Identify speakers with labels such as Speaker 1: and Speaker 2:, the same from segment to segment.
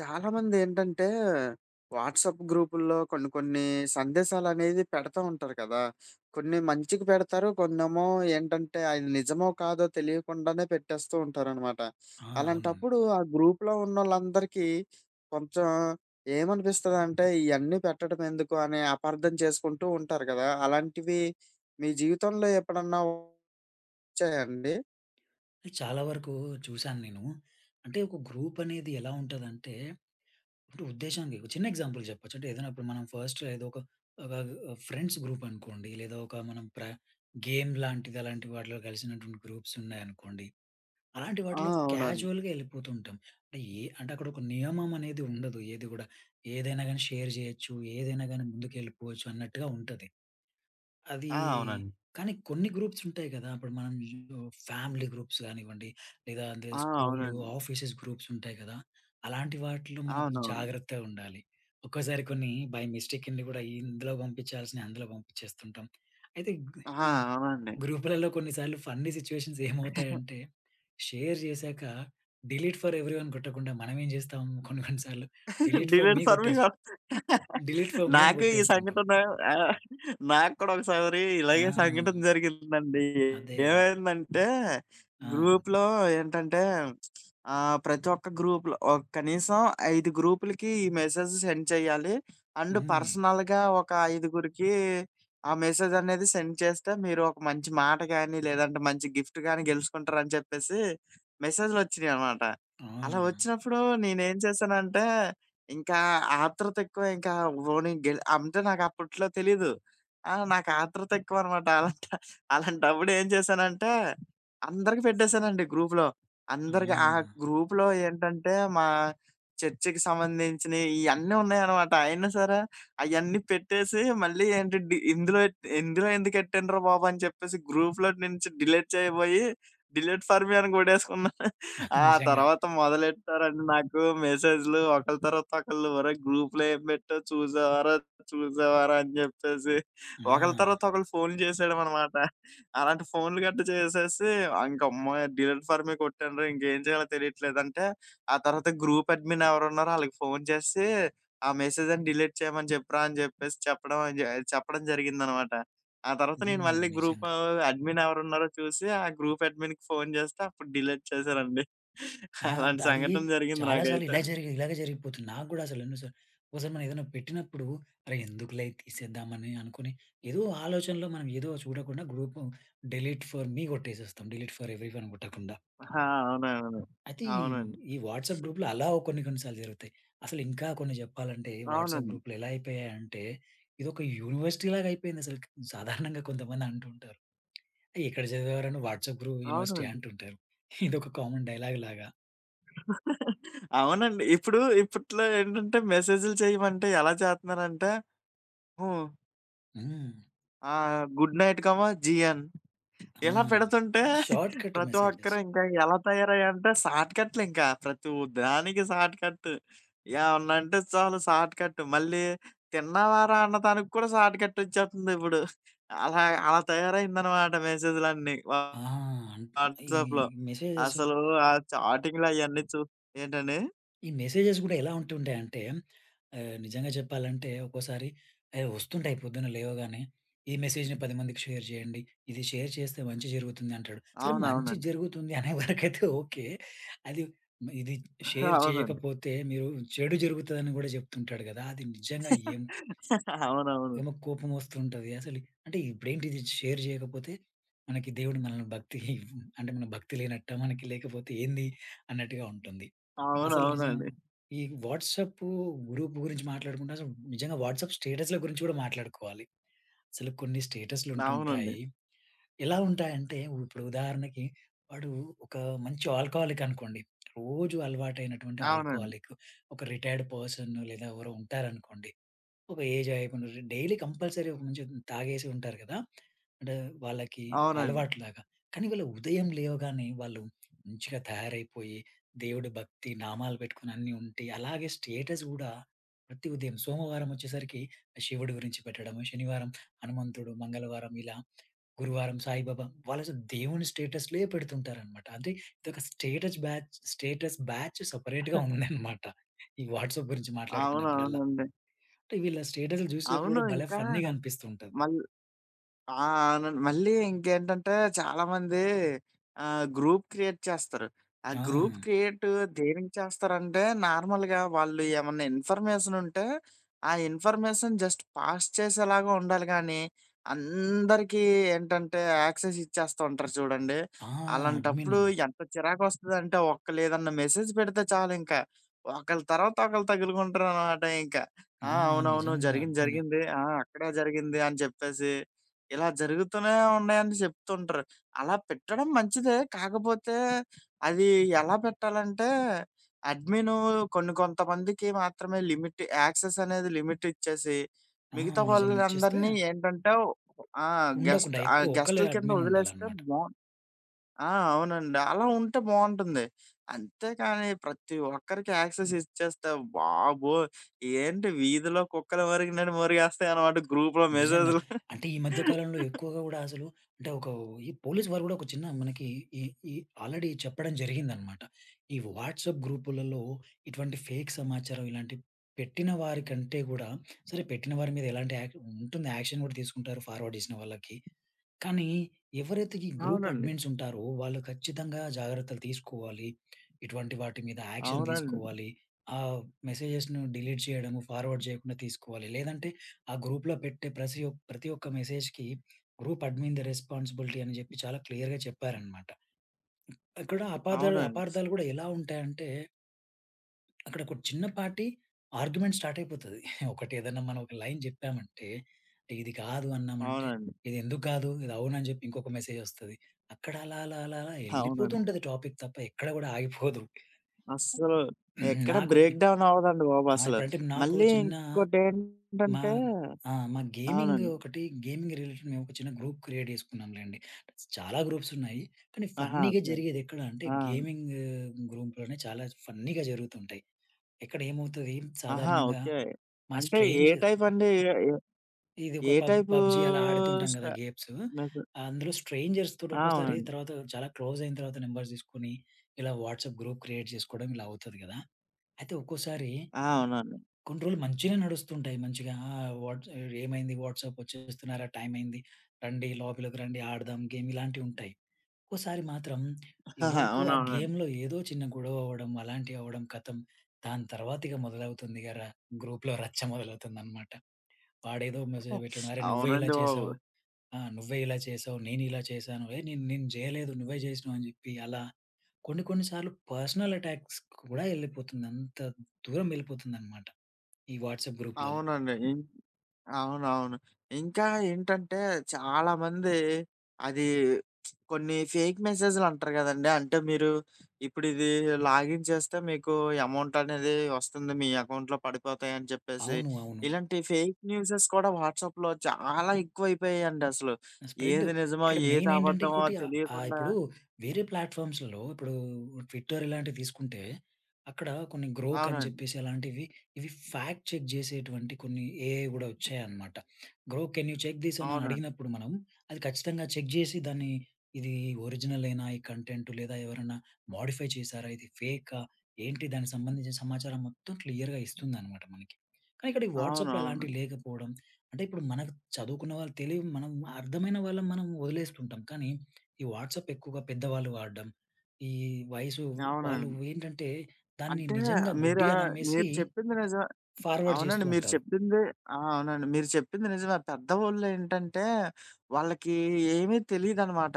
Speaker 1: చాలామందేంటంటే, వాట్సాప్ గ్రూపుల్లో కొన్ని కొన్ని సందేశాలనేది పెడతా ఉంటారు కదా! కొన్ని మంచికి పెడతారు. కొన్నేమో ఏంటంటే, అది నిజమో కాదో తెలియకుండానే పెట్టేస్తూ ఉంటారనమాట.
Speaker 2: ఆ, అవునండి.
Speaker 1: అలాంటప్పుడు ఆ గ్రూప్‌లో ఉన్నోళ్ళందరికీ కొంచెం ఏమనిపిస్తదంటే, ఇయన్నీ పెట్టడం ఎందుకు అనే అపార్థం చేసుకుంటూ ఉంటారు కదా! అలాంటివి మీ జీవితంలో ఎప్పుడన్నా వచ్చాయా అండి?
Speaker 2: చాలా వరకు చూశాను నేను. అంటే ఒక గ్రూప్ అనేది ఎలా ఉంటదంటే, ఇప్పుడు ఉద్దేశంగా ఒక చిన్న ఎగ్జాంపుల్ చెప్పొచ్చు. అంటే ఏదైనా ఇప్పుడు మనం ఫస్ట్ ఏదో ఒక ఒక ఫ్రెండ్స్ గ్రూప్ అనుకోండి. లేదా ఒక మనం గేమ్ లాంటిది అలాంటి వాటిలో కలిసినటువంటి గ్రూప్స్ ఉన్నాయనుకోండి. అలాంటి
Speaker 1: ఆ,
Speaker 2: వాటిలో
Speaker 1: అవునండి.
Speaker 2: క్యాజువల్‌గా వెళ్ళిపోతూ ఉంటాం. అంటే అంటే అక్కడ ఒక నియమం అనేది ఉండదు. ఏది కూడా. ఏదైనా గాని షేర్ చేయొచ్చు. ఏదైనా గాని ముందుకెళ్ళిపోవచ్చు అన్నట్టుగా ఉంటది. అది
Speaker 1: ఆ, అవునండి.
Speaker 2: కానీ కొన్ని గ్రూప్స్ ఉంటాయి గదా! ఇప్పుడు మనం ఫ్యామిలీ గ్రూప్స్ గానివ్వండి, లేదా అంటే
Speaker 1: ఆ,
Speaker 2: స్కూలు,
Speaker 1: అవునండి.
Speaker 2: ఆఫీసెస్ గ్రూప్స్ ఉంటాయి గదా! అలాంటి వాటిలో మనం కొంచెం
Speaker 1: అవునవును.
Speaker 2: జాగ్రత్తగా ఉండాలి. ఒక్కోసారి కొన్ని బై మిస్టేక్ కింద గూడా ఇందులో పంపించాల్సినవి అందులో పంపించేస్తుంటాం. అయితే
Speaker 1: ఆ,
Speaker 2: ఈ
Speaker 1: అవునండి.
Speaker 2: గ్రూపులలో కొన్నిసార్లు ఫన్నీ సిట్యుయేషన్స్ ఏమవుతాయంటే, షేర్ జేశాక డిలీట్ ఫర్ ఎవరీవన్ కొట్టకుండా మనం ఏం జేస్తాం కొన్ని కొన్ని సార్లు delete for me
Speaker 1: delete for me
Speaker 2: కొట్టేసి
Speaker 1: గాదు.
Speaker 2: డిలీట్ ఫర్ మీ అని
Speaker 1: నాకు ఈ
Speaker 2: కొట్టేస్తుంటాం.
Speaker 1: సంఘటన, ఆహ్, నాకు కూడా ఒకసారి ఇలాగే సంఘటన
Speaker 2: ఆ,
Speaker 1: జరిగిందండి.
Speaker 2: అదే.
Speaker 1: ఏమైందంటే
Speaker 2: ఆ.
Speaker 1: గ్రూప్‌లో ఏంటంటే ప్రతి ఒక్క గ్రూప్‌లో కనీసం 5 గ్రూప్‌లకి ఈ మెసేజ్ సెండ్ చేయాలి. అండ్
Speaker 2: హ్మ్.
Speaker 1: పర్సనల్‌గా ఒక ఐదుగురికి ఆ మెసేజ్ అనేది సెండ్ చేస్తే మీరు ఒక మంచి మాట గాని, లేదంటే మంచి గిఫ్ట్ గాని గెలుచుకుంటారని చెప్పేసి మెసేజ్‌లొచ్చినియనమాట.
Speaker 2: ఆ.
Speaker 1: అలా వచ్చినప్పుడు నేనేం చేశానంటే ఇంకా ఆత్రుత ఎక్కువ ఇంకా పోనీ గెల్ అంటే నాకప్పట్లో తెలీదు. ఆ, నాకు ఆత్రుత ఎక్కువనమాట. అలాంటప్పుడు ఏం చేశానంటే, అందరికి పెట్టేసానండి గ్రూప్‌లో. అందరికి ఆ
Speaker 2: ఆ,
Speaker 1: గ్రూప్‌లో ఏంటంటే, మా చర్చికి సంబంధించినయి ఇయన్నీ ఉన్నాయనమాట. అయినా సరే, అయన్నీ పెట్టేసి మళ్ళీ ఏంటి డి ఇందులో ఇందులో ఎందుకెట్టండ్రా బాబు అని చెప్పేసి గ్రూప్‌లో నుంచి డిలీట్ చేయబోయి, డిలీట్ ఫర్ మీ అని కొట్టేసుకున్నా. ఆ!
Speaker 2: నిజంగా.
Speaker 1: తర్వాత మొదలెట్టారండి నాకు మెసేజ్‌లు ఒకళ్ళ తర్వాత ఒకళ్ళు, "ఒరేయ్! గ్రూప్‌లో ఏం పెట్టావు చూసావారా? చూసావారా?" అని జెప్పేసి
Speaker 2: ఆ!
Speaker 1: ఒకళ్ళ తర్వాత ఒకళ్ళు ఫోన్‌లు చేసేయడమనమాట. అలాంటి ఫోన్‌లు గట్ట చేసేసి ఇంకమ్మో! డిలీట్ ఫర్ మీ కొట్టానురా ఇంకేం చేయాలో తెలియట్లేదంటే, ఆ తర్వాత గ్రూప్ అడ్మిన్ ఎవరున్నారో ఆళ్ళకి ఫోన్ చేసి ఆ మెసేజ్ అన్ని డిలీట్ చేయమని చెప్పురా అని జెప్పేసి చెప్పడం జరిగిందనమాట. ఆ తర్వాత నేను
Speaker 2: హ్మ్,
Speaker 1: మళ్ళీ గ్రూప్
Speaker 2: నిజంగా.
Speaker 1: అడ్మిన్ ఎవరున్నారో చూసి ఆ గ్రూప్ అడ్మిన్‌కి ఫోన్ జేస్తే అప్పుడు డిలీట్ చేశారండి.
Speaker 2: ఆ! అంటే
Speaker 1: అలాంటి
Speaker 2: అది
Speaker 1: సంఘటన జరిగింది
Speaker 2: చాలా సార్లు
Speaker 1: నాకైతే.
Speaker 2: ఇలా ఇలాగే జరిగిపోతుంది. నాకు గూడా అసలు ఎన్నో సార్లు ఒకసారి మనం ఏదైనా పెట్టినప్పుడు అరే, ఎందుకులే తీసేద్దామని అనుకోని ఏదో ఆలోచనలో మనం ఏదో చూడకుండా గ్రూపు డిలీట్ ఫర్ మీ కొట్టేసేస్తాం. డిలీట్ ఫర్ ఎవ్రీవన్ కొట్టకుండా.
Speaker 1: ఆ, అవునవును.
Speaker 2: అయితే ఈ
Speaker 1: అవునండి.
Speaker 2: ఈ వాట్సాప్ గ్రూప్‌లో అలా కొన్ని కొన్ని సార్లు జరుగుతాయి. అసలు ఇంకా కొన్ని చెప్పాలంటే వాట్సాప్
Speaker 1: అవునండి.
Speaker 2: గ్రూప్‌లు ఎలా అయిపోయాయంటే ఇదొక యూనివర్సిటీ లాగా అయిపోయిందసలు. సాధారణంగా కొంతమంది అంటూ ఉంటారు. ఎక్కడ చదివారని వాట్సాప్ గ్రూప్ యూనివర్సిటీ
Speaker 1: అవునండి.
Speaker 2: అంటుంటారు. ఇదొక కామన్ డైలాగ్ లాగా.
Speaker 1: అవునండి. ఇప్పుడు ఇప్పట్లో ఏంటంటే మెసేజ్‌లు చేయమంటే ఎలా చేస్తున్నారంటే, హ్మ్.
Speaker 2: హ్మ్.
Speaker 1: గుడ్ నైట్ కమా జీఎన్
Speaker 2: ఆ!
Speaker 1: ఇలా పెడుతుంటే
Speaker 2: షార్ట్‌కట్
Speaker 1: ప్రతి
Speaker 2: మెసేజెస్.
Speaker 1: ఒక్కరు ఇంకా ఎలా తయారయ్యారంటే షార్ట్‌కట్లు ఇంకా. ప్రతి దానికి షార్ట్‌కట్. ఏమన్నా అంటే చాలు షార్ట్‌కట్. మళ్ళీ తిన్నావారా అన్న దానికి కూడా షార్ట్‌కట్ వచ్చేస్తుంది ఇప్పుడు. అలా అలా తయారైందనమాట మెసేజ్‌లన్నీ.
Speaker 2: ఆ! అన్ ఈ
Speaker 1: వాట్సాప్‌లో.
Speaker 2: మెసేజెస్
Speaker 1: అసలు ఆ చాటింగ్‌లు అయన్నీ ఏంటండి?
Speaker 2: మెసేజెస్ గూడా ఎలా ఉంటుంటాయంటే నిజంగా చెప్పాలంటే ఒక్కోసారి అయి వస్తుంటాయి పొద్దున్న లేవగానే. "ఈ మెసేజ్‌ని 10 మందికి షేర్ చేయండి. ఇది షేర్ చేస్తే మంచి జరుగుతుంది" అంటాడు. సరే మంచి
Speaker 1: అవునవునండి.
Speaker 2: జరుగుతుంది అనే వరకైతే ఓకే. అది ఇది షేర్
Speaker 1: అవునండి.
Speaker 2: చేయకపోతే మీరు చెడు జరుగుతదని గూడా చెప్తుంటాడు గదా! అది నిజంగా ఏం
Speaker 1: అవునవును.
Speaker 2: ఏమో కోపం వస్తుంటది. అసలు అంటే ఇప్పుడేంటి ఇది షేర్ చేయకపోతే మనకి దేవుడు మనల్ని భక్తి అంటే మన భక్తి లేనట్ట, మనకి లేకపోతే ఏంది అన్నట్టుగా ఉంటుంది. అసలు నిజం
Speaker 1: అవునవునండి.
Speaker 2: ఈ వాట్సాప్ గ్రూప్ గురించి మాట్లాడుకుంటే అసలు నిజంగా వాట్సాప్ స్టేటస్‌ల గురించి కూడా మాట్లాడుకోవాలి. అసలు కొన్ని స్టేటస్‌లు
Speaker 1: అవునండి.
Speaker 2: ఉంటుంటాయి. ఎలా ఉంటాయంటే ఇప్పుడు ఉదాహరణకి వాడు ఒక మంచి ఆల్కహాలిక్ అనుకోండి. రోజు అలవాటైనటువంటి
Speaker 1: అవునండి.
Speaker 2: ఆల్కహాలిక్, ఒక రిటైర్డ్ పర్సన్ లేదా ఎవరో ఉంటారనుకోండి. ఒక ఏజ్ అయిపోయిన డైలీ కంపల్సరీ ఒక మంచి తాగేసి ఉంటారు కదా! అంటే వాళ్ళకి ఒక
Speaker 1: అవునండి.
Speaker 2: అలవాటులాగా. కానీ వీళ్ళు ఉదయం లేవగానే వాళ్ళు మంచిగా తయారైపోయి, దేవుడి భక్తి, నామాలు పెట్టుకొని అన్నీ ఉంటే, అలాగే స్టేటస్ గూడా ప్రతి ఉదయం సోమవారం వచ్చేసరికి శివుడి గురించి పెట్టడము, శనివారం హనుమంతుడు, మంగళవారం ఇలా, గురువారం సాయిబాబా. వాళ్ళసలు దేవుని స్టేటస్‌లే పెడుతుంటారనమాట. అంటే ఇదొక స్టేటస్ బ్యాచ్ సెపరేట్‌గా ఉందనమాట. ఈ వాట్సాప్ గురించి మాట్లాడుకున్నప్పుడల్లా.
Speaker 1: అవునవునండి.
Speaker 2: అంటే వీళ్ళ స్టేటస్‌లు జూసినప్పుడు
Speaker 1: అవును.
Speaker 2: గూడా భలే
Speaker 1: ఇంకా
Speaker 2: ఫన్నీగా అనిపిస్తూ ఉంటది.
Speaker 1: మళ్ ఆ! అవునండి. మళ్ళీ ఇంకేంటంటే చాలామంది, గ్రూప్ క్రియేట్ చేస్తారు. ఆ
Speaker 2: ఆ!
Speaker 1: గ్రూప్ క్రియేట్ దేనికి చేస్తారంటే నార్మల్‌గా వాళ్ళు ఏమన్నా ఇన్ఫర్మేషన్ ఉంటే, ఆ ఇన్ఫర్మేషన్ జస్ట్ పాస్ చేసేలాగా ఉండాలి గానీ, అందరికీ ఏంటంటే యాక్సెస్ ఇచ్చేస్తూ ఉంటారు చూడండి.
Speaker 2: ఆ! అడ్మిన్.
Speaker 1: అలాంటప్పుడు ఎంత చిరాకొస్తదంటే ఒక్క లేదన్నా మెసేజ్ పెడితే చాలింకా. ఒకళ్ళ తర్వాత ఒకళ్ళు తగులుకుంటారనమాట ఇంక.
Speaker 2: ఆ!
Speaker 1: ఆ! అవునవును.
Speaker 2: నిజంగా
Speaker 1: జరిగింది
Speaker 2: అడ్మిన్.
Speaker 1: జరిగింది. ఆ! అక్కడ జరిగింది అని చెప్పేసి ఇలా జరుగుతూనే ఉన్నాయని చెప్తుంటారు. అలా పెట్టడం మంచిదే. కాకపోతే అది ఎలా పెట్టాలంటే అడ్మిను కొంతమందికి మాత్రమే లిమిట్ యాక్సెస్ అనేది లిమిట్ ఇచ్చేసి
Speaker 2: ఆ!
Speaker 1: మిగతా
Speaker 2: నిజం ఇచ్చేస్తే
Speaker 1: వాళ్ళందరినీ ఏంటంటే ఆ!
Speaker 2: ఉండకుండా
Speaker 1: గెస్ట్,
Speaker 2: ఎక్కువ ఒకళ్ళే
Speaker 1: గెస్ట్‌ల కింద
Speaker 2: అడ్మిన్
Speaker 1: వదిలేస్తే
Speaker 2: ఉండాలన్నమాట.
Speaker 1: బావుం ఆ! అవునండి. అలా ఉంటే బావుంటుంది. అంతేకాని ప్రతి ఒక్కరికి యాక్సెస్ ఇచ్చేస్తే బాబోయ్! ఏంటి వీధిలో కుక్కలు మొరిగినట్టు మొరిగేస్తాయన్నమాట గ్రూప్‌లో
Speaker 2: నిజంగా.
Speaker 1: మెసేజ్‌లు.
Speaker 2: అంటే ఈ మధ్య కాలంలో ఎక్కువగా గూడా అసలు అంటే ఒక ఈ పోలీస్ వారు గూడా ఒక చిన్న మనకి ఈ ఈ ఆల్రెడీ చెప్పడం జరిగిందన్నమాట. ఈ వాట్సాప్ గ్రూపులలో ఇటువంటి ఫేక్ సమాచారం ఇలాంటి పెట్టిన వారి కంటే గూడా సరే పెట్టిన వారి మీద ఎలాంటి యాక్ ఉంటుంది యాక్షన్ గూడా తీసుకుంటారు ఫార్వర్డ్ జేసిన వాళ్ళకి. కానీ ఎవరైతే ఈ గ్రూప్
Speaker 1: అవునండి.
Speaker 2: అడ్మిన్స్ ఉంటారో, వాళ్ళు ఖచ్చితంగా జాగ్రత్తలు తీసుకోవాలి. ఇటువంటి వాటి మీద యాక్షన్
Speaker 1: అవునండి.
Speaker 2: తీసుకోవాలి. ఆ మెసేజెస్‌ను డిలీట్ చేయడము, ఫార్వర్డ్ చేయకుండా తీసుకోవాలి. లేదంటే ఆ గ్రూప్‌లో పెట్టే ప్రసి ఒ ప్రతి ఒక్క మెసేజ్‌కి గ్రూప్ అడ్మిన్ ది రెస్పాన్సిబిలిటీ అని చెప్పి చాలా క్లియర్‌గా చెప్పారనమాట. అక్కడ అపార్థాలు
Speaker 1: అవునండి.
Speaker 2: అపార్థాలు కూడా ఎలా ఉంటాయంటే అక్కడ ఒక చిన్నపాటి ఆర్గ్యుమెంట్ స్టార్ట్ అయిపోతది. ఒకటి ఏదైనా మనం ఒక లైన్ జెప్పామంటే, ఇది కాదు అన్నామంటే,
Speaker 1: అవునండి.
Speaker 2: ఇది ఎందుకు కాదు? ఇది అవునని జెప్పి ఇంకొక మెసేజ్ ఒస్తది. అక్కడ అలా, అలా, అలా, అలా
Speaker 1: అవునండి.
Speaker 2: ఎళ్ళిపోతుంటది టాపిక్ తప్ప ఎక్కడ గూడా ఆగిపోదు.
Speaker 1: అస్సలు ఎక్కడ
Speaker 2: నాకు తె-
Speaker 1: బ్రేక్ డౌన్ అవ్వదండి బాబు
Speaker 2: ఆ!
Speaker 1: అసలు.
Speaker 2: ఇప్పుడంటే నాకు
Speaker 1: మళ్ళీ
Speaker 2: చిన్న మా
Speaker 1: ఇంకోటేంటంటే
Speaker 2: ఆ! మా గేమింగ్
Speaker 1: అవునండి.
Speaker 2: గేమింగ్ రిలేటెడ్ మేము ఒక చిన్న గ్రూప్ క్రియేట్ జేసుకున్నాంలెండి. చాలా గ్రూప్స్ ఉన్నాయి. కానీ
Speaker 1: ఆహా!
Speaker 2: ఫన్నీగా
Speaker 1: ఓకే.
Speaker 2: జరిగేది ఎక్కడ అంటే
Speaker 1: ఆ!
Speaker 2: గేమింగ్ గ్రూప్‌లోనే చాలా ఫన్నీగా జరుగుతుంటాయి. ఎక్కడ ఏమవుతది
Speaker 1: ఆహా!
Speaker 2: సాధారణంగా
Speaker 1: ఓకే.
Speaker 2: మా
Speaker 1: అంటే ఏ
Speaker 2: స్ట్రేంజర్
Speaker 1: టైప్ అండి? ఏ ఏ
Speaker 2: ఇది ఒక
Speaker 1: ఏ
Speaker 2: పబ్
Speaker 1: టైపు
Speaker 2: పబ్‌జీ అలా ఆడుతుంటాం
Speaker 1: స్ట
Speaker 2: కదా! గేమ్స్.
Speaker 1: మీకు
Speaker 2: అందులో స్ట్రేంజర్స్ తోటి
Speaker 1: ఆ!
Speaker 2: ఒక్కోసారి
Speaker 1: అవునండి.
Speaker 2: తర్వాత చాలా క్లోజ్ అయిన తర్వాత నంబర్స్ తీసుకొని, ఇలా వాట్సాప్ గ్రూప్ క్రియేట్ చేసుకోవడం ఇలా అవుతది కదా! అయితే ఒక్కోసారి
Speaker 1: ఆ! అవునండి.
Speaker 2: కొన్ని రోజులు మంచిగానే నడుస్తుంటాయి. మంచిగా ఆ! వాట్స్ ఏమైంది వాట్సాప్ వచ్చేస్తున్నారా? టైం అయింది. రండి లాబీలోకి రండి ఆడదాం గేమ్ ఇలాంటివి ఉంటాయి. ఒక్కోసారి మాత్రం ఎవరికో ఆ
Speaker 1: అవునవునండి.
Speaker 2: గేమ్‌లో ఏదో చిన్న గొడవ అవ్వడం అలాంటివి అవ్వడం, ఖతం దాని తర్వాత ఇక మొదలవుతుంది ఇక ర గ్రూప్‌లో రచ్చ మొదలవుతుందన్నమాట. వాడేదో మెసేజ్ పెట్టాడు. "అరె, నువ్వే ఇలా
Speaker 1: అవునండి బాబు.
Speaker 2: చేశావు. ఆ! నువ్వే ఇలా చేశావు. నేను ఇలా చేశాను. ఏ నేను నేను చేయలేదు. నువ్వే చేసినావు" అని చెప్పి అలా కొన్ని కొన్ని సార్లు పర్సనల్ అటాక్స్ కూడా ఎళ్ళిపోతుంది. అంత దూరం వెళ్ళిపోతుందన్నమాట. ఈ వాట్సాప్ గ్రూప్‌లలో.
Speaker 1: అవునండి. అవునవును. ఇంకా ఏంటంటే చాలామంది అది కొన్ని ఫేక్ మెసేజ్‌లంటారు గదండీ! అంటే మీరు ఇప్పుడిది లాగిన్ చేస్తే మీకు అమౌంట్ అనేది వస్తుంది. మీ అకౌంట్‌లో పడిపోతాయని చెప్పేసి,
Speaker 2: అవును. అవును.
Speaker 1: ఇలాంటి ఫేక్ న్యూసెస్ కూడా వాట్సాప్‌లో చాలా ఎక్కువైపోయాయండి అసలు.
Speaker 2: స్ప్రెడ్.
Speaker 1: ఏది నిజమో,
Speaker 2: ఇక్కడ మెయిన్
Speaker 1: ఏది
Speaker 2: ఏంటంటే
Speaker 1: అబద్ధమో
Speaker 2: ఇంకోటి ఆహ్, ఆహ్,
Speaker 1: తెలియకుండా
Speaker 2: ఇప్పుడు వేరే ప్లాట్‌ఫార్మ్స్‌లో ఇప్పుడు ట్విట్టర్ ఇలాంటివి తీసుకుంటే, అక్కడ కొన్ని గ్రోక్ అని
Speaker 1: అవునండి.
Speaker 2: చెప్పేసి అలాంటివి ఇవి ఫ్యాక్ట్ చెక్ చేసేటువంటి కొన్ని ఏఐ గూడా వచ్చాయన్నమాట. Grok can you check this అని
Speaker 1: అవునండి.
Speaker 2: అడిగినప్పుడు మనం అది ఖచ్చితంగా చెక్ జేసి దాన్ని ఇది ఒరిజినలేనా ఈ కంటెంట్ లేదా ఎవరైనా మోడిఫై చేశారా? ఇది ఫేకా? ఏంటి దానికి సంబంధించిన సమాచారం మొత్తం క్లియర్‌గా ఇస్తుందన్నమాట మనకి. కానీ ఇక్కడ ఈ వాట్సాప్‌లో
Speaker 1: అవునవును.
Speaker 2: అలాంటివి లేకపోవడం అంటే ఇప్పుడు మనకు చదువుకున్న వాళ్ళు తెలివి మనం అర్థమైన వాళ్ళని మనం వదిలేస్తుంటాం. కానీ, ఈ వాట్సాప్ ఎక్కువగా పెద్దవాళ్ళు వాడడం, ఈ వయసు వాళ్ళు
Speaker 1: అవునండి.
Speaker 2: ఏంటంటే, దాన్ని
Speaker 1: అంటే
Speaker 2: నిజంగా
Speaker 1: మీరు
Speaker 2: గుడ్డిగా నమ్మేసి
Speaker 1: మీరు చెప్పింది నిజమే.
Speaker 2: ఫార్వర్డ్ చేస్తూ
Speaker 1: అవునండి. మీరు
Speaker 2: ఉంటారు.
Speaker 1: చెప్పింది ఆ! అవునండి. మీరు చెప్పింది నిజమే. పెద్దవాళ్ళేంటంటే, వాళ్ళకి ఏమీ తెలీదనమాట.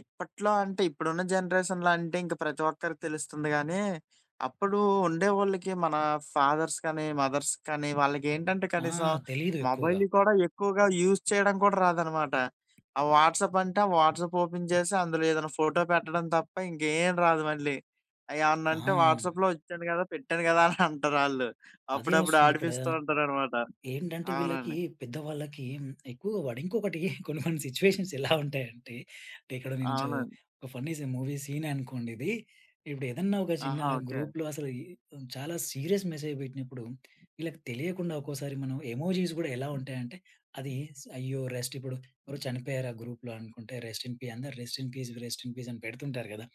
Speaker 1: ఇప్పట్లో అంటే ఇప్పుడున్న జనరేషన్‌లో అంటే ఇంక ప్రతి ఒక్కరికి తెలుస్తుంది గానీ, అప్పుడు ఉండేవోళ్ళకి మన ఫాదర్స్ కానీ, మదర్స్ కానీ వాళ్ళకేంటంటే
Speaker 2: ఆ!
Speaker 1: కనీసం
Speaker 2: తెలీదు ఎక్కువగా.
Speaker 1: మొబైల్ కూడా ఎక్కువగా యూజ్ చేయడం కూడా రాదనమాట. ఆ వాట్సాప్ అంటే ఆ వాట్సాప్ ఓపెన్ చేసి అందులో ఏదైనా ఫోటో పెట్టడం తప్ప ఇంకేం రాదు మళ్ళీ.
Speaker 2: ఆ!
Speaker 1: ఏమన్నంటే వాట్సాప్‌లో ఒచ్చాను గదా! పెట్టాను గదా! అని అంటారాళ్ళు.
Speaker 2: అదే
Speaker 1: అప్పుడప్పుడు
Speaker 2: వస్తుందిక్కడ.
Speaker 1: ఆడిపిస్తూ ఉంటారనమాట.
Speaker 2: ఏంటంటే వీళ్ళకి
Speaker 1: అవునండి.
Speaker 2: పెద్దవాళ్ళకి ఎక్కువగా వాడు ఇంకొకటి కొన్ని కొన్ని సిట్యుయేషన్స్ ఎలా ఉంటాయంటే, అంటే ఇక్కడ నేను చు
Speaker 1: అవునండి.
Speaker 2: ఒక ఫన్నీ సి మూవీ సీన్ అనుకోండి ఇది. ఇప్పుడు ఏదన్నా ఒక చిన్న
Speaker 1: ఆహా! ఓకే.
Speaker 2: గ్రూప్‌లో అసలు ఈ చాలా సీరియస్ మెసేజ్ పెట్టినప్పుడు, వీళ్ళకి తెలియకుండా ఒక్కోసారి మనం ఎమోజీస్ గూడా ఎలా ఉంటాయంటే, అది స్ అయ్యో! రెస్ట్ ఇప్పుడు ఎవరో చనిపోయారు ఆ గ్రూప్‌లో అనుకుంటే, రెస్ట్ ఇన్ పీ అందరూ rest in peace, rest in peace అని పెడుతుంటారు గదా!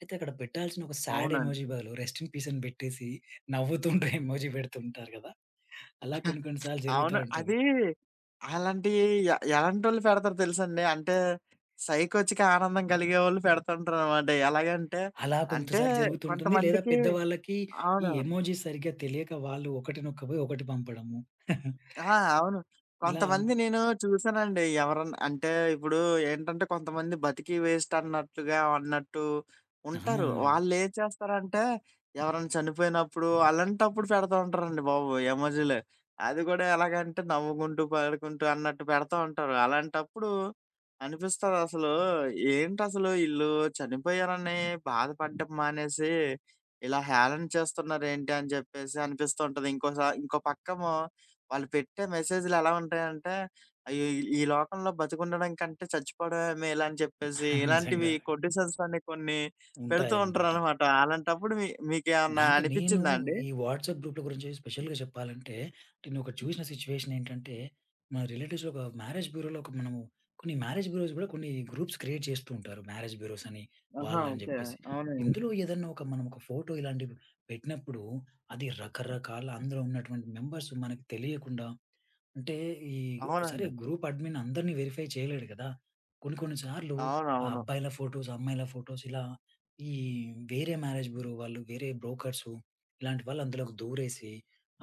Speaker 2: అయితే అక్కడ పెట్టాల్సిన ఒక సాడ్
Speaker 1: అవునండి.
Speaker 2: ఎమోజీ బదులు రెస్ట్ ఇన్ పీస్ అని పెట్టేసి నవ్వుతుంటే ఎమోజీ పెడుతుంటారు గదా! అలా కొన్ని కొన్ని సార్లు జరుగుతా
Speaker 1: అవును.
Speaker 2: ఉంటది.
Speaker 1: అది అలాంటి ఎలాంటోళ్ళు పెడతారో తెలుసండి. అంటే సైకొచ్చిక ఆనందం కలిగేవాళ్ళు పెడుతుంటారనమాట. ఎలాగంటే
Speaker 2: అలా
Speaker 1: అంటే
Speaker 2: కొంతసార్లు జరుగుతుంటుంది. లేదా
Speaker 1: కొంతమందికి
Speaker 2: పెద్దవాళ్ళకి ఈ
Speaker 1: అవును.
Speaker 2: ఎమోజీస్ సరిగ్గా తెలియక వాళ్ళు ఒకటి నొక్కపోయి ఒకటి పంపడము.
Speaker 1: ఆ! అవును.
Speaker 2: ఇలా
Speaker 1: కొంతమంది నేను చూసానండి. ఎవరన్నా అంటే ఇప్పుడు ఏంటంటే కొంతమంది బతికి వేస్ట్ అన్నట్లుగా అన్నట్టు
Speaker 2: ఆ!
Speaker 1: ఉంటారు. వాళ్ళేం చేస్తారంటే ఎవరైనా చనిపోయినప్పుడు అలాంటప్పుడు పెడతా ఉంటారండి బాబు ఎమోజి‌లే. అది కూడా ఎలాగంటే నవ్వుకుంటూ, పాడుకుంటూ అన్నట్టు పెడతా ఉంటారు. అలాంటప్పుడు అనిపిస్తదసలు, ఏంటసలు ఈళ్ళు చనిపోయారని బాధపడ్డం మానేసి ఇలా హేళన చేస్తున్నారేంటి అని చెప్పేసి అనిపిస్తూ ఉంటది. ఇంకోసా ఇంకో పక్కేమో వాళ్ళు పెట్టే మెసేజ్‌లు ఎలా ఉంటాయంటే, "అయ్యో! ఈ ఈ లోకంలో బతికుండడం కంటే చచ్చిపోవడమే మేలు" అని చెప్పేసి ఇలాంటివి
Speaker 2: నిజంగా
Speaker 1: కొడ్డిసెన్స్ కొన్ని పెడుతూ
Speaker 2: ఉంటాయన్నమాట.
Speaker 1: ఉంటారనమాట. అలాంటప్పుడు
Speaker 2: నా
Speaker 1: మీకేమన్నా
Speaker 2: అంటే నేను
Speaker 1: అనిపిచ్చిందా అండి?
Speaker 2: ఈ వాట్సాప్ గ్రూప్‌ల గురించి స్పెషల్‌గా చెప్పాలంటే, నేను ఒకటి చూసిన సిట్యుయేషన్ ఏంటంటే, మా రిలేటివ్స్‌లో ఒక మ్యారేజ్ బ్యూరోలో ఒక మనము కొన్ని మ్యారేజ్ బ్యూరోస్ గూడా కొన్ని గ్రూప్స్ క్రియేట్ చేస్తూ ఉంటారు. మ్యారేజ్ బ్యూరోస్ అని,
Speaker 1: ఆహా!
Speaker 2: వాళ్ళని
Speaker 1: ఓకే.
Speaker 2: జెప్పేసి.
Speaker 1: అవునండి.
Speaker 2: ఇందులో ఏదన్నా ఒక మనం ఒక ఫోటో ఇలాంటివి పెట్టినప్పుడు, అది రకరకాల అందులో ఉన్నటువంటి మెంబర్స్ మనకు తెలియకుండా అంటే ఈ సరే
Speaker 1: అవునండి.
Speaker 2: గ్రూప్ అడ్మిన్ అందరిని వెరిఫై చేయలేడు గదా! కొన్ని కొన్ని సార్లు ఆ
Speaker 1: అవునవును.
Speaker 2: అబ్బాయిల ఫోటోస్, అమ్మాయిల ఫోటోస్ ఇలా ఈ వేరే మ్యారేజ్ బ్యూరో వాళ్ళు, వేరే బ్రోకర్సు ఇలాంటి వాళ్ళు అందులోకి దూరేసి,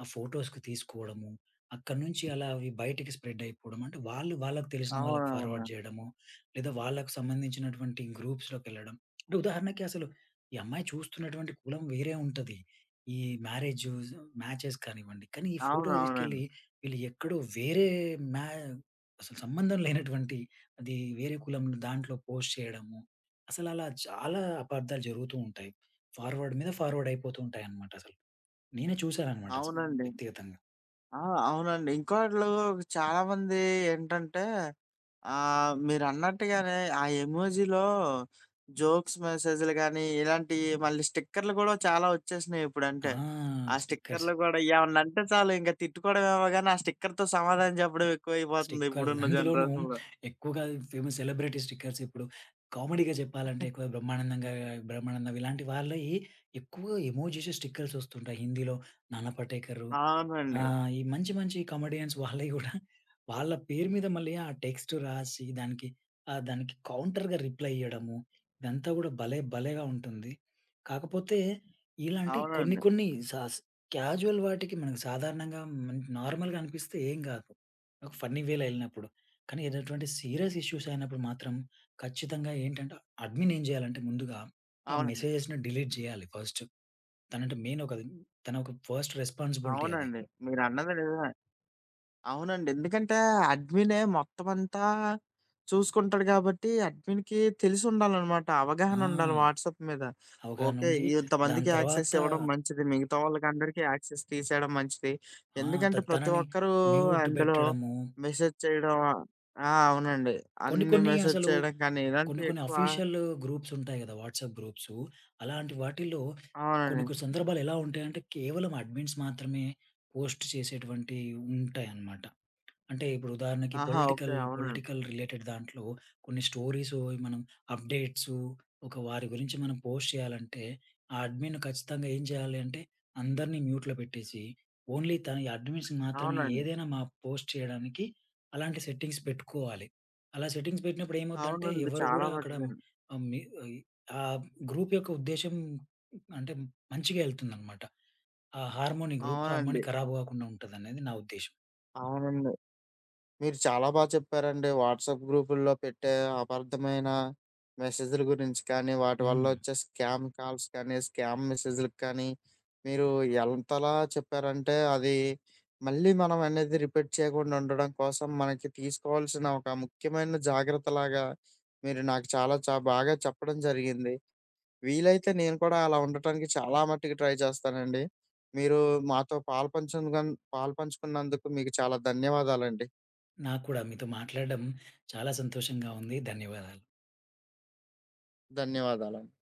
Speaker 2: ఆ ఫోటోస్‌కి తీసుకోవడము, అక్కడి నుంచి అలా అవి బయటికి స్ప్రెడ్ అయిపోవడం. అంటే వాళ్ళు వాళ్ళకి తెలిసిన వాళ్ళకి
Speaker 1: అవునవును.
Speaker 2: ఫార్వర్డ్ చేయడము, లేదా వాళ్ళకి సంబంధించినటువంటి గ్రూప్స్‌లోకెళ్ళడం. అంటే ఉదాహరణకి అసలు ఈ అమ్మాయి చూస్తున్నటువంటి కులం వేరే ఉంటది. ఈ మ్యారేజు మ్యాచెస్ కానివ్వండి. కానీ ఈ ఫోటో
Speaker 1: అవునవును.
Speaker 2: తీసుకెళ్ళి
Speaker 1: అవునవునండి.
Speaker 2: వీళ్ళు ఎక్కడో వేరే మ్యా అసలు సంబంధం లేనటువంటి అది వేరే కులం దాంట్లో పోస్ట్ చేయడము. అసలలా చాలా అపార్థాలు జరుగుతూ ఉంటాయి. ఫార్వర్డ్ మీద ఫార్వర్డ్ అయిపోతూ ఉంటాయన్నమాట అసలు. నేనే చూసానన్నమాట
Speaker 1: అవునండి.
Speaker 2: వ్యక్తిగతంగా.
Speaker 1: ఆ! అవునండి. ఇంకోళ్ళు చాలా మంది ఏంటంటే, మీరన్నట్టుగానే ఆ ఎమోజిలో జోక్స్ మెసేజ్‌లు గానీ, ఇలాంటియి మళ్ళీ స్టిక్కర్‌లు గూడా చాలా వచ్చేసినాయి
Speaker 2: ఆ!
Speaker 1: ఇప్పుడంటే. ఆ
Speaker 2: స్టిక్కర్స్.
Speaker 1: స్టిక్కర్‌లు గూడా ఏమన్నా అంటే చాలు ఇంక తిట్టుకోవడమేమో గానీ, ఆ స్టిక్కర్‌తో సమాధానం చెప్పడం ఎక్కువైపోతుంది
Speaker 2: స్టిక్కర్స్
Speaker 1: ఇప్పుడున్న
Speaker 2: అందులోనూ
Speaker 1: జనరేషన్‌లో.
Speaker 2: ఎక్కువగా ఫేమస్ సెలబ్రిటీ స్టిక్కర్స్ ఇప్పుడు కామెడీగా చెప్పాలంటే ఎక్కువ బ్రహ్మానందంగా బ్రహ్మానందం ఇలాంటి వాళ్ళయి ఎక్కువగా ఎమోజీస్ స్టిక్కర్స్ వస్తుంటాయి. హిందీలో నానా పటేకరు. ఆ!
Speaker 1: అవునండి.
Speaker 2: ఈ మంచి మంచి కమెడియన్స్ వాళ్ళయి గూడా వాళ్ళ పేరు మీద మళ్ళీ ఆ టెక్స్ట్ రాసి దానికి దానికి కౌంటర్‌గా రిప్లై ఇయ్యడము. ఇదంతా గూడా భలే! భలేగా ఉంటుంది. కాకపోతే ఇలాంటి కొన్ని
Speaker 1: అవునండి.
Speaker 2: కొన్ని క్యాజువల్ వాటికి మనకు సాధారణంగా నార్మల్‌గా అనిపిస్తే ఏం గాదు. ఒక ఫన్నీ వేలో ఎళ్ళినప్పుడు. కానీ ఏదటువంటి సీరియస్ ఇష్యూస్ అయినప్పుడు మాత్రం ఖచ్చితంగా ఏంటంటే అడ్మిన్ ఏం జేయాలంటే ముందుగా ఆ
Speaker 1: అవునండి.
Speaker 2: మెసేజెస్‌ని డిలీట్ జేయాలి ఫస్ట్. తనంటే మెయిన్ ఒకది తన ఒక ఫస్ట్ రెస్పాన్సిబిలిటీ అది.
Speaker 1: అవునండి. మీరన్నది నిజమే. అవునండి. ఎందుకంటే అడ్మినే మొత్తమంతా చూసుకుంటాడు గాబట్టి, అడ్మిన్‌కి తెలిసుండాలనమాట.
Speaker 2: ఆ!
Speaker 1: అవగాహనుండాలి వాట్సాప్ మీద.
Speaker 2: అవగాహన
Speaker 1: ఓకే.
Speaker 2: ఉండి, దాని
Speaker 1: ఇంతమందికి యాక్సెస్
Speaker 2: తర్వాత
Speaker 1: ఇవ్వడం మంచిది. మిగతా వాళ్ళకందరికీ యాక్సెస్ తీసేయడం మంచిది.
Speaker 2: ఆ!
Speaker 1: ఎందుకంటే ప్రతి
Speaker 2: తనని
Speaker 1: ఒక్కరూ
Speaker 2: మ్యూట్
Speaker 1: అందులో
Speaker 2: బెట్టడము.
Speaker 1: మెసేజ్ చేయడం ఆ! అవునండి.
Speaker 2: కొన్ని
Speaker 1: అన్ని
Speaker 2: కొన్ని
Speaker 1: మెసేజ్
Speaker 2: అసలు
Speaker 1: చేయడం కానీ
Speaker 2: కొన్ని
Speaker 1: ఇలాంటివి
Speaker 2: కొన్ని
Speaker 1: ఎక్కువ
Speaker 2: అఫీషియల్ గ్రూప్స్ ఉంటాయి గదా! WhatsApp groups. అలాంటి వాటిల్లో కొన్ని
Speaker 1: అవునండి.
Speaker 2: కొన్ని సందర్భాలు ఎలా ఉంటాయంటే, కేవలం అడ్మిన్స్ మాత్రమే పోస్ట్ చేసేటువంటివి ఉంటాయన్నమాట. అంటే ఇప్పుడు ఉదాహరణకి
Speaker 1: ఆహా! ఓకే.
Speaker 2: పొలిటికల్
Speaker 1: అవునండి.
Speaker 2: పొలిటికల్ రిలేటెడ్ దాంట్లో కొన్ని స్టోరీస్ మనం అప్డేట్స్ ఒక వారి గురించి మనం పోస్ట్ చేయాలంటే ఆ అడ్మిన్ ఖచ్చితంగా ఏం చేయాలి అంటే అందరినీ మ్యూట్లో పెట్టేసి ఓన్లీ తన అడ్మిన్స్ మాత్రమే
Speaker 1: అవునండి.
Speaker 2: ఏదైనా మా పోస్ట్ చేయడానికి అలాంటి సెట్టింగ్స్ పెట్టుకోవాలి అలా సెట్టింగ్స్ పెట్టినప్పుడు ఏమవుద్దంటే
Speaker 1: అవునండి.
Speaker 2: ఎవరు
Speaker 1: చాలా
Speaker 2: కూడా అక్కడ
Speaker 1: మట్టుకండి.
Speaker 2: ఆ మీ- ఆ గ్రూప్ యొక్క ఉద్దేశం అంటే మంచిగా వెళ్తుందన్నమాట ఆ హార్మోని గ్రూప్ హార్మోని
Speaker 1: అవునండి.
Speaker 2: ఖరాబ్ కాకుండా ఉంటుంది అనేది నా ఉద్దేశం.
Speaker 1: అవునండి. మీరు చాలా బాగా చెప్పారండి. వాట్సాప్ గ్రూపుల్లో పెట్టే అపార్థమైన మెసేజ్‌ల గురించి కానీ, వాటి వల్ల
Speaker 2: ఉమ్.
Speaker 1: వచ్చే స్కామ్ కాల్స్ కానీ, స్కామ్ మెసేజ్‌లకి కానీ, మీరు ఎంతలా చెప్పారంటే, అది మళ్ళీ మనం అనేది రిపీట్ చేయకుండా ఉండడం కోసం మనకి తీసుకోవాల్సిన ఒక ముఖ్యమైన జాగ్రత్తలాగా మీరు నాకు చాలా బాగా చెప్పడం జరిగింది. వీలైతే నేను కూడా అలా ఉండటానికి చాలా మట్టుకు ట్రై చేస్తానండి. మీరు మాతో పాలుపంచుకున్నందుకు మీకు చాలా ధన్యవాదాలండి.
Speaker 2: నాకు కూడా మీతో మాట్లాడడం చాలా సంతోషంగా ఉంది. ధన్యవాదాలు.
Speaker 1: ధన్యవాదాలండి.